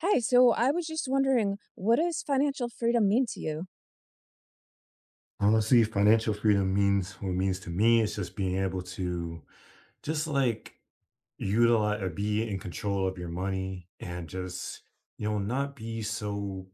Hi, so I was just wondering, what does financial freedom mean to you? Honestly, financial freedom means what it means to me is just being able to just like utilize or be in control of your money and just not be so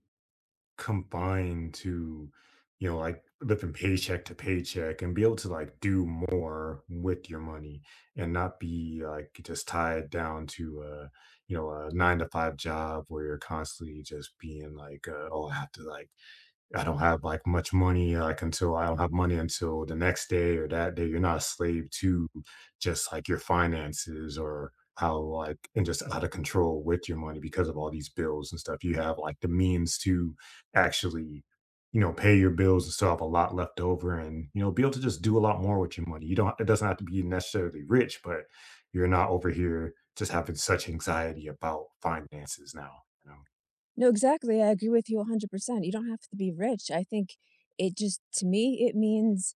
confined to, like living paycheck to paycheck and be able to like do more with your money and not be like just tied down to a, a nine to five job where you're constantly just being like, oh, I have to I don't have like much money, like until I don't have money until the next day or that day. You're not a slave to just like your finances or how like and just out of control with your money because of all these bills and stuff. You have like the means to actually, pay your bills and still have a lot left over, and you know be able to just do a lot more with your money. You don't it doesn't have to be necessarily rich, but you're not over here just having such anxiety about finances now. You know? No, exactly. I agree with you 100%. You don't have to be rich. I think it just, to me, it means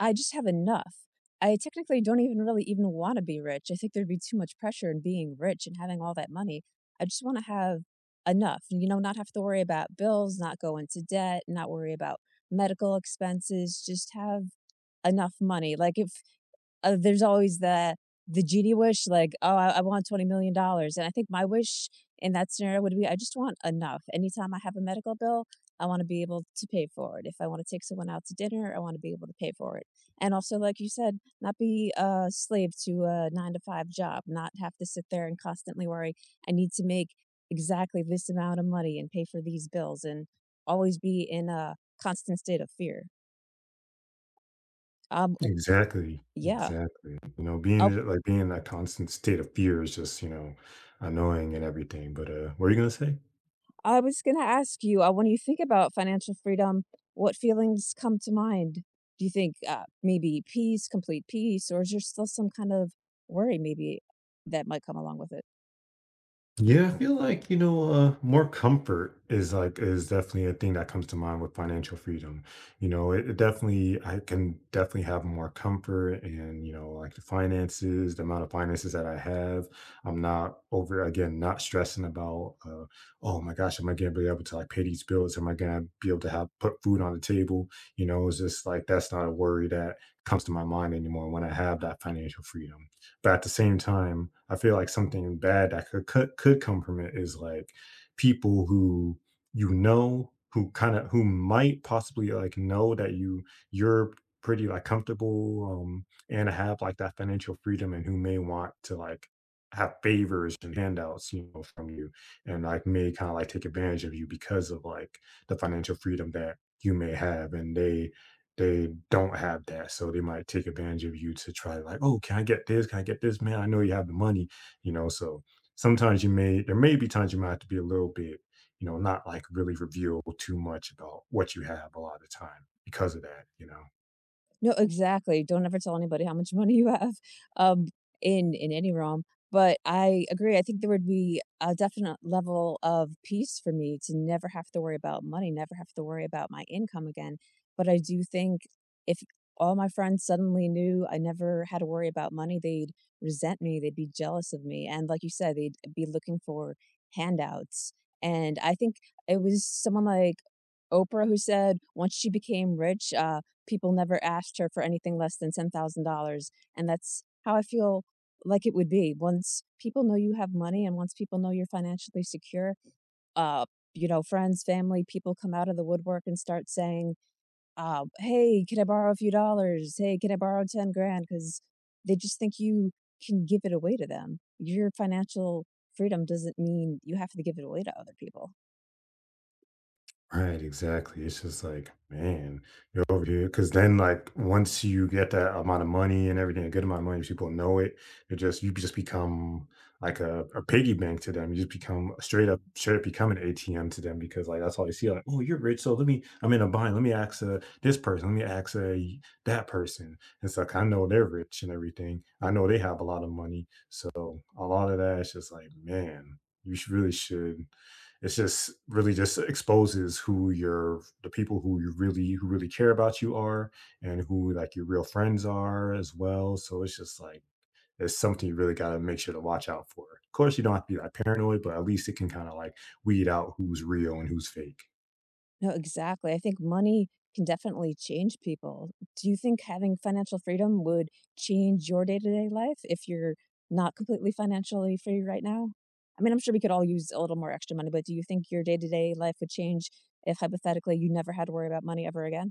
I just have enough. I technically don't even really even want to be rich. I think there'd be too much pressure in being rich and having all that money. I just want to have enough, you know, not have to worry about bills, not go into debt, not worry about medical expenses, just have enough money. Like if there's always the genie wish, like, oh, I want $20 million, and I think my wish in that scenario would be, I just want enough. Anytime I have a medical bill, I want to be able to pay for it. If I want to take someone out to dinner, I want to be able to pay for it. And also, like you said, not be a slave to a nine to five job, not have to sit there and constantly worry. I need to make exactly this amount of money and pay for these bills, and always be in a constant state of fear. Um, w- Exactly, yeah. exactly. You know, Oh, being in that constant state of fear is just, you know, annoying and everything, but, what are you gonna say? I was gonna ask you, when you think about financial freedom, what feelings come to mind? Do you think, maybe peace, complete peace, or is there still some kind of worry maybe that might come along with it? Yeah, I feel like, you know, more comfort is definitely a thing that comes to mind with financial freedom. You know, it definitely I can definitely have more comfort and, you know, like the amount of finances that I have. I'm not over again, not stressing about oh my gosh, am I gonna be able to like pay these bills? Am I gonna be able to have put food on the table? You know, it's just like that's not a worry that comes to my mind anymore when I have that financial freedom. But at the same time, I feel like something bad that could come from it is like people who you know who kind of who might possibly like know that you're pretty like comfortable, and have like that financial freedom, and who may want to like have favors and handouts, you know, from you, and like may kind of like take advantage of you because of like the financial freedom that you may have, and they don't have that, so they might take advantage of you to try like, "Oh, can I get this? Can I get this? Man, I know you have the money," you know, so sometimes you may there may be times you might have to be a little bit, you know, not, like, really reveal too much about what you have a lot of the time because of that, you know? No, exactly. Don't ever tell anybody how much money you have, um, in any realm. But I agree. I think there would be a definite level of peace for me to never have to worry about money, never have to worry about my income again. But I do think if all my friends suddenly knew I never had to worry about money, they'd resent me, they'd be jealous of me. And like you said, they'd be looking for handouts. And I think it was someone like Oprah, who said once she became rich, people never asked her for anything less than $10,000. And that's how I feel like it would be. Once people know you have money and once people know you're financially secure, uh, you know, friends, family, people come out of the woodwork and start saying, hey, can I borrow a few dollars? Hey, can I borrow 10 grand? Because they just think you can give it away to them. Your financial freedom doesn't mean you have to give it away to other people. Right, exactly. It's just like, man, you're over here. Cause then like once you get that amount of money and everything, a good amount of money, people know it. It just you just become like a piggy bank to them. You just become straight up become an ATM to them because like that's all they see. Like, oh, you're rich. So let me I'm in a bind. Let me ask this person, let me ask that person. It's like I know they're rich and everything. I know they have a lot of money. So a lot of that is just like, man, really should it's just really just exposes who your the people who you really who really care about you are, and who like your real friends are as well. So it's just like it's something you really got to make sure to watch out for. Of course you don't have to be that paranoid, but at least it can kind of like weed out who's real and who's fake. No, exactly. I think money can definitely change people. Do you think having financial freedom would change your day-to-day life if you're not completely financially free right now? I mean, I'm sure we could all use a little more extra money, but do you think your day-to-day life would change if hypothetically you never had to worry about money ever again?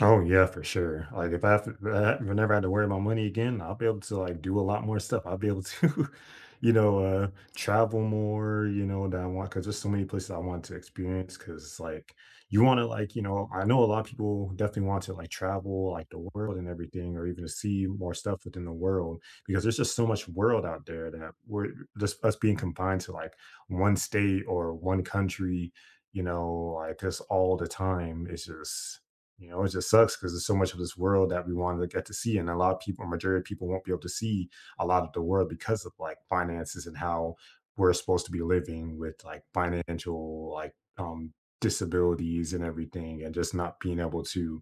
Oh yeah, for sure. If I never had to worry about money again, I'll be able to like do a lot more stuff. I'll be able to, you know, travel more. You know that I want because there's so many places I want to experience. Because like you want to like you know I know a lot of people definitely want to like travel like the world and everything, or even to see more stuff within the world because there's just so much world out there that we're just us being confined to like one state or one country. You know, like just all the time. It's just you know, it just sucks because there's so much of this world that we want to get to see, and a lot of people, majority of people, won't be able to see a lot of the world because of like finances and how we're supposed to be living with like financial like disabilities and everything, and just not being able to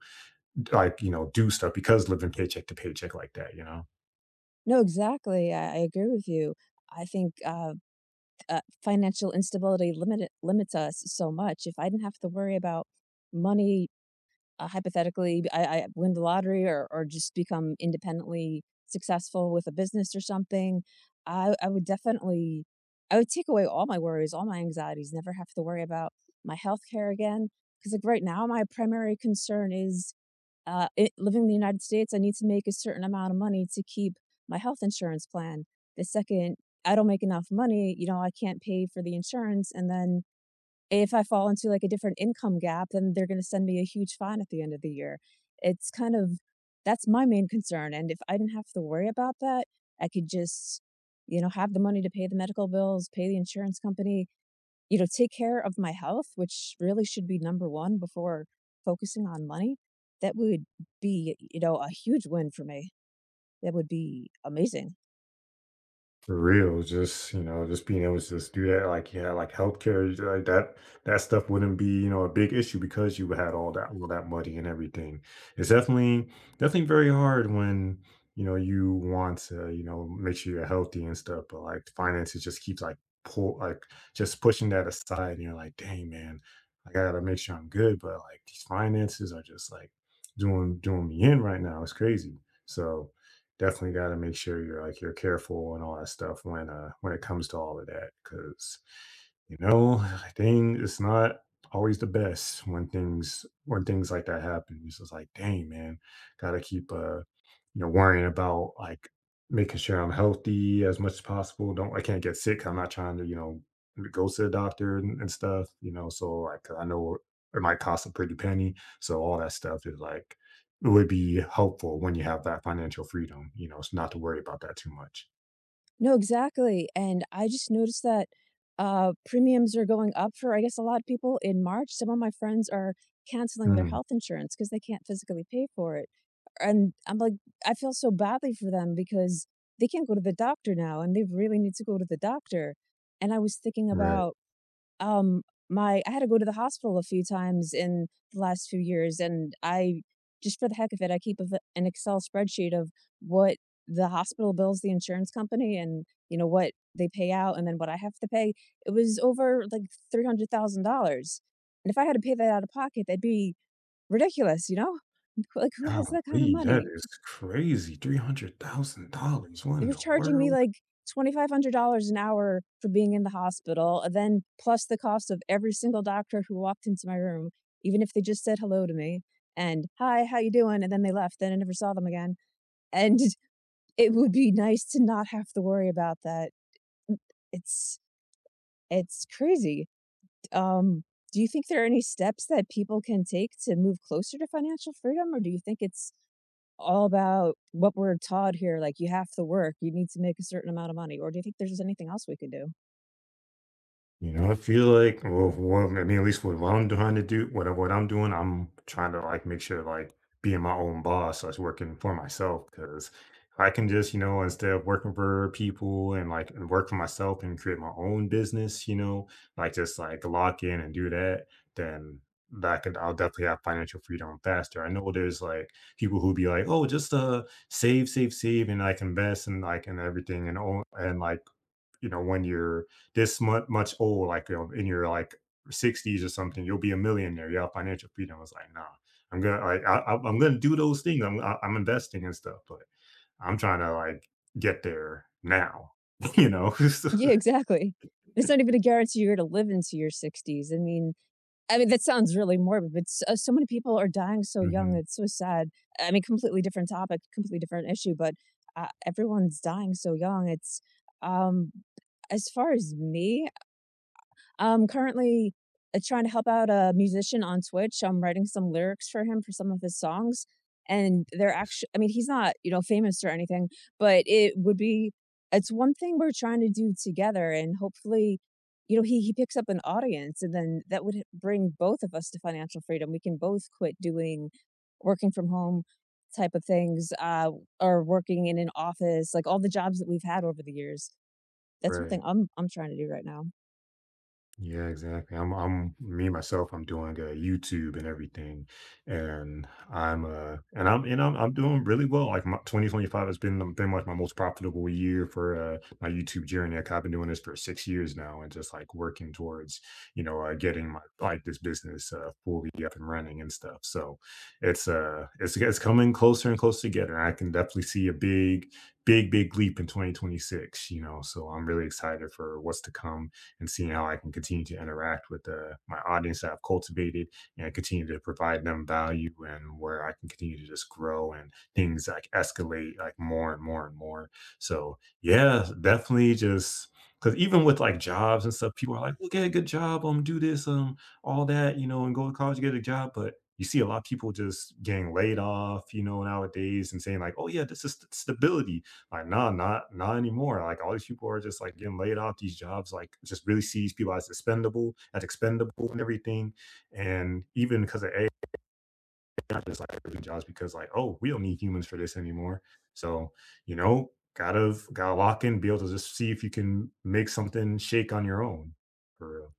like you know do stuff because living paycheck to paycheck like that. You know. No, exactly. I agree with you. I think financial instability limits us so much. If I didn't have to worry about money hypothetically, I win the lottery or just become independently successful with a business or something, I would definitely, I would take away all my worries, all my anxieties, never have to worry about my health care again. Because like right now, my primary concern is living in the United States. I need to make a certain amount of money to keep my health insurance plan. The second I don't make enough money, you know, I can't pay for the insurance, and then if I fall into like a different income gap, then they're going to send me a huge fine at the end of the year. It's that's my main concern. And if I didn't have to worry about that, I could just, you know, have the money to pay the medical bills, pay the insurance company, you know, take care of my health, which really should be number one before focusing on money. That would be, you know, a huge win for me. That would be amazing. For real, just, you know, just being able to just do that, like, yeah, like healthcare, like that stuff wouldn't be, you know, a big issue because you had all that money and everything. It's definitely very hard when, you know, you want to, you know, make sure you're healthy and stuff, but like finances just keeps like pull like just pushing that aside and you're like, dang man, I gotta make sure I'm good, but like these finances are just like doing me in right now. It's crazy. So definitely got to make sure you're like you're careful and all that stuff when it comes to all of that because you know dang it's not always the best when things like that happen. It's just like dang man, gotta keep you know worrying about like making sure I'm healthy as much as possible. Don't I can't get sick. I'm not trying to you know go to the doctor, and stuff, you know, so like I know it might cost a pretty penny. So all that stuff is like it would be helpful when you have that financial freedom, you know, s not to worry about that too much. No, exactly, and I just noticed that, premiums are going up for, I guess, a lot of people in March. Some of my friends are canceling their Mm, health insurance because they can't physically pay for it, and I'm like I feel so badly for them because they can't go to the doctor now, and they really need to go to the doctor, and I was thinking right. about Um, my I had to go to the hospital a few times in the last few years, and I just for the heck of it, I keep a v an Excel spreadsheet of what the hospital bills the insurance company and, you know, what they pay out and then what I have to pay. It was over, like, $300,000, and if I had to pay that out of pocket, that'd be ridiculous, you know? Like, who has that kind of Golly, that money? is crazy, $300,000, what They in were the charging me world? like $2,500 an hour for being in the hospital, and then plus the cost of every single doctor who walked into my room, even if they just said hello to me and hi, how you doing? And then they left. Then I never saw them again. And it would be nice to not have to worry about that. It's it's crazy. Um, do you think there are any steps that people can take to move closer to financial freedom, or do you think it's all about what we're taught here, like, "You have to work, you need to make a certain amount of money," or do you think there's just anything else we could do? You know, I feel like, I mean, at least what I'm trying to do, what I'm doing, I'm trying to like make sure like being my own boss, so I was working for myself because I can just, you know, instead of working for people and work for myself and create my own business, you know, like just like lock in and do that, then that could, I'll definitely have financial freedom faster. I know there's like people who be like, oh, just save, save, save, and like invest and like and everything and all and like you know, when you're much old, like you know, in your like 60s or something, you'll be a millionaire. You have financial freedom. I was like, nah, I'm gonna do those things. I'm investing and stuff, but I'm trying to like get there now. You know. Yeah, exactly. It's not even a guarantee you're gonna live into your 60s, I mean, that sounds really morbid, but s so many people are dying so young, Mhm. it's so sad. I mean, completely different topic, completely different issue, but, everyone's dying so young, it's, um as far as me, I'm currently trying to help out a musician on Twitch. I'm writing some lyrics for him for some of his songs. And they're actually, I mean, he's not, you know, famous or anything, but it would be, it's one thing we're trying to do together. And hopefully, you know, he picks up an audience and then that would bring both of us to financial freedom. We can both quit doing working from home type of things or working in an office, like all the jobs that we've had over the years. That's something Right. I'm trying to do right now. Yeah, exactly. I'm me myself. I'm doing YouTube and everything, and I'm and I'm and I'm I'm doing really well. Like my 2025 has been like my most profitable year for my YouTube journey. Like I've been doing this for 6 years now, and just like working towards you know getting my like this business fully up and running and stuff. So it's coming closer and closer together. I can definitely see a big leap in 2026. You know, so I'm really excited for what's to come, and seeing how I can continue to interact with my audience that I've cultivated and continue to provide them value, and where I can continue to just grow and things like escalate like more. So yeah, definitely just because even with like jobs and stuff, people are like, well, get a good job, do this, all that, you know, and go to college, get a job. But you see a lot of people just getting laid off, you know, nowadays and saying like, oh yeah, this is stability. Like, nah, not anymore. Like, all these people are just, like, getting laid off, these jobs, like, just really see these people as expendable and everything, and even because of AI, just, like, losing jobs because, like, "Oh, we don't need humans for this anymore." So, you know, gotta lock in, be able to just see if you can make something shake on your own. For real.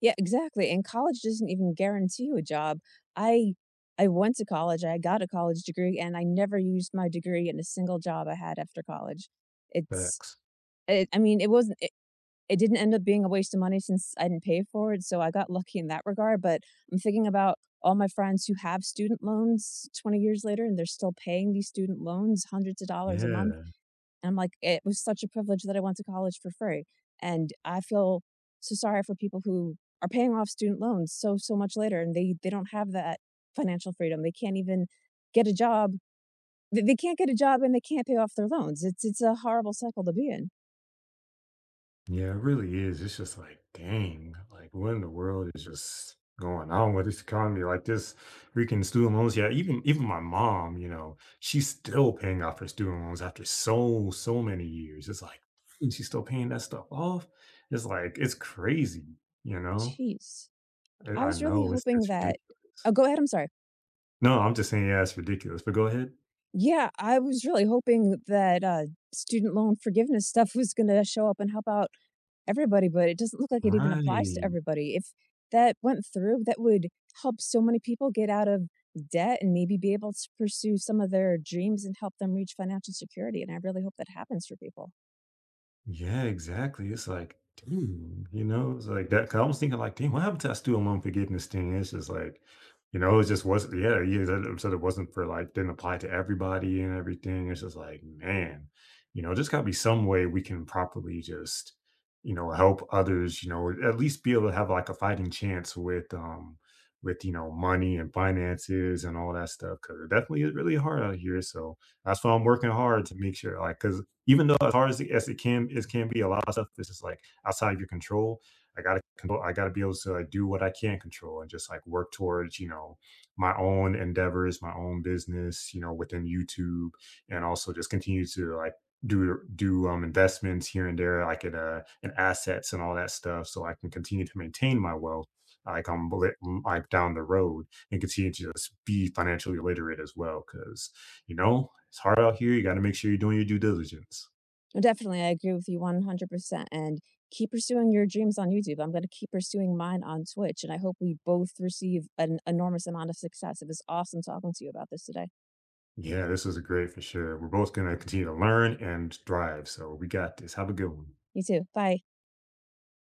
Yeah, exactly, and college doesn't even guarantee you a job. I I went to college, I got a college degree, and I never used my degree in a single job I had after college. It's Facts. it I mean, it wasn't it it didn't end up being a waste of money since I didn't pay for it, so I got lucky in that regard, but I'm thinking about all my friends who have student loans 20 years later, and they're still paying these student loans hundreds of dollars a month. Yeah. And I'm like, it was such a privilege that I went to college for free. And I feel so sorry for people who are paying off student loans so, so much later and they don't have that financial freedom. They can't even get a job. They can't get a job and they can't pay off their loans. It's a horrible cycle to be in. Yeah, it really is. It's just like, dang, like what in the world is just going on with this economy? Like this freaking student loans. Yeah, even my mom, you know, she's still paying off her student loans after so many years. It's like, "Dang, she's still paying that stuff off. It's like it's crazy, you know? Jeez. I I was really know hoping it's that, oh, ridiculous. go ahead. I'm sorry. No, I'm just saying, yeah, it's ridiculous, but go ahead. Yeah, I was really hoping that, student loan forgiveness stuff was gonna show up and help out everybody, but it doesn't look like it even applies to Right. everybody. If that went through, that would help so many people get out of debt and maybe be able to pursue some of their dreams and help them reach financial security, and I really hope that happens for people. Yeah, exactly. It's like, dang, you know, it's like that. 'Cause I was thinking, like, dang, what happened to that student loan forgiveness thing? It's just like, you know, it just wasn't, yeah, yeah, that it said it wasn't for like, didn't apply to everybody and everything. It's just like, man, you know, there's got to be some way we can properly just, you know, help others, you know, at least be able to have like a fighting chance with, you know, money and finances and all that stuff. Cause it definitely is really hard out here. So that's why I'm working hard to make sure, like, cause even though as hard as it can as can be, a lot of stuff is just like outside your control. I gotta control. I gotta be able to like do what I can control and just like work towards you know my own endeavors, my own business, you know, within YouTube, and also just continue to like do do investments here and there, like in assets and all that stuff, so I can continue to maintain my wealth. Like I'm like down the road and continue to just be financially literate as well, because you know, it's hard out here. You got to make sure you're doing your due diligence. And definitely, I agree with you 100%, and keep pursuing your dreams on YouTube. I'm gonna keep pursuing mine on Twitch, and I hope we both receive an enormous amount of success. It was awesome talking to you about this today. Yeah, this was great for sure. We're both going to continue to learn and thrive. So we got this. Have a good one. You too. Bye.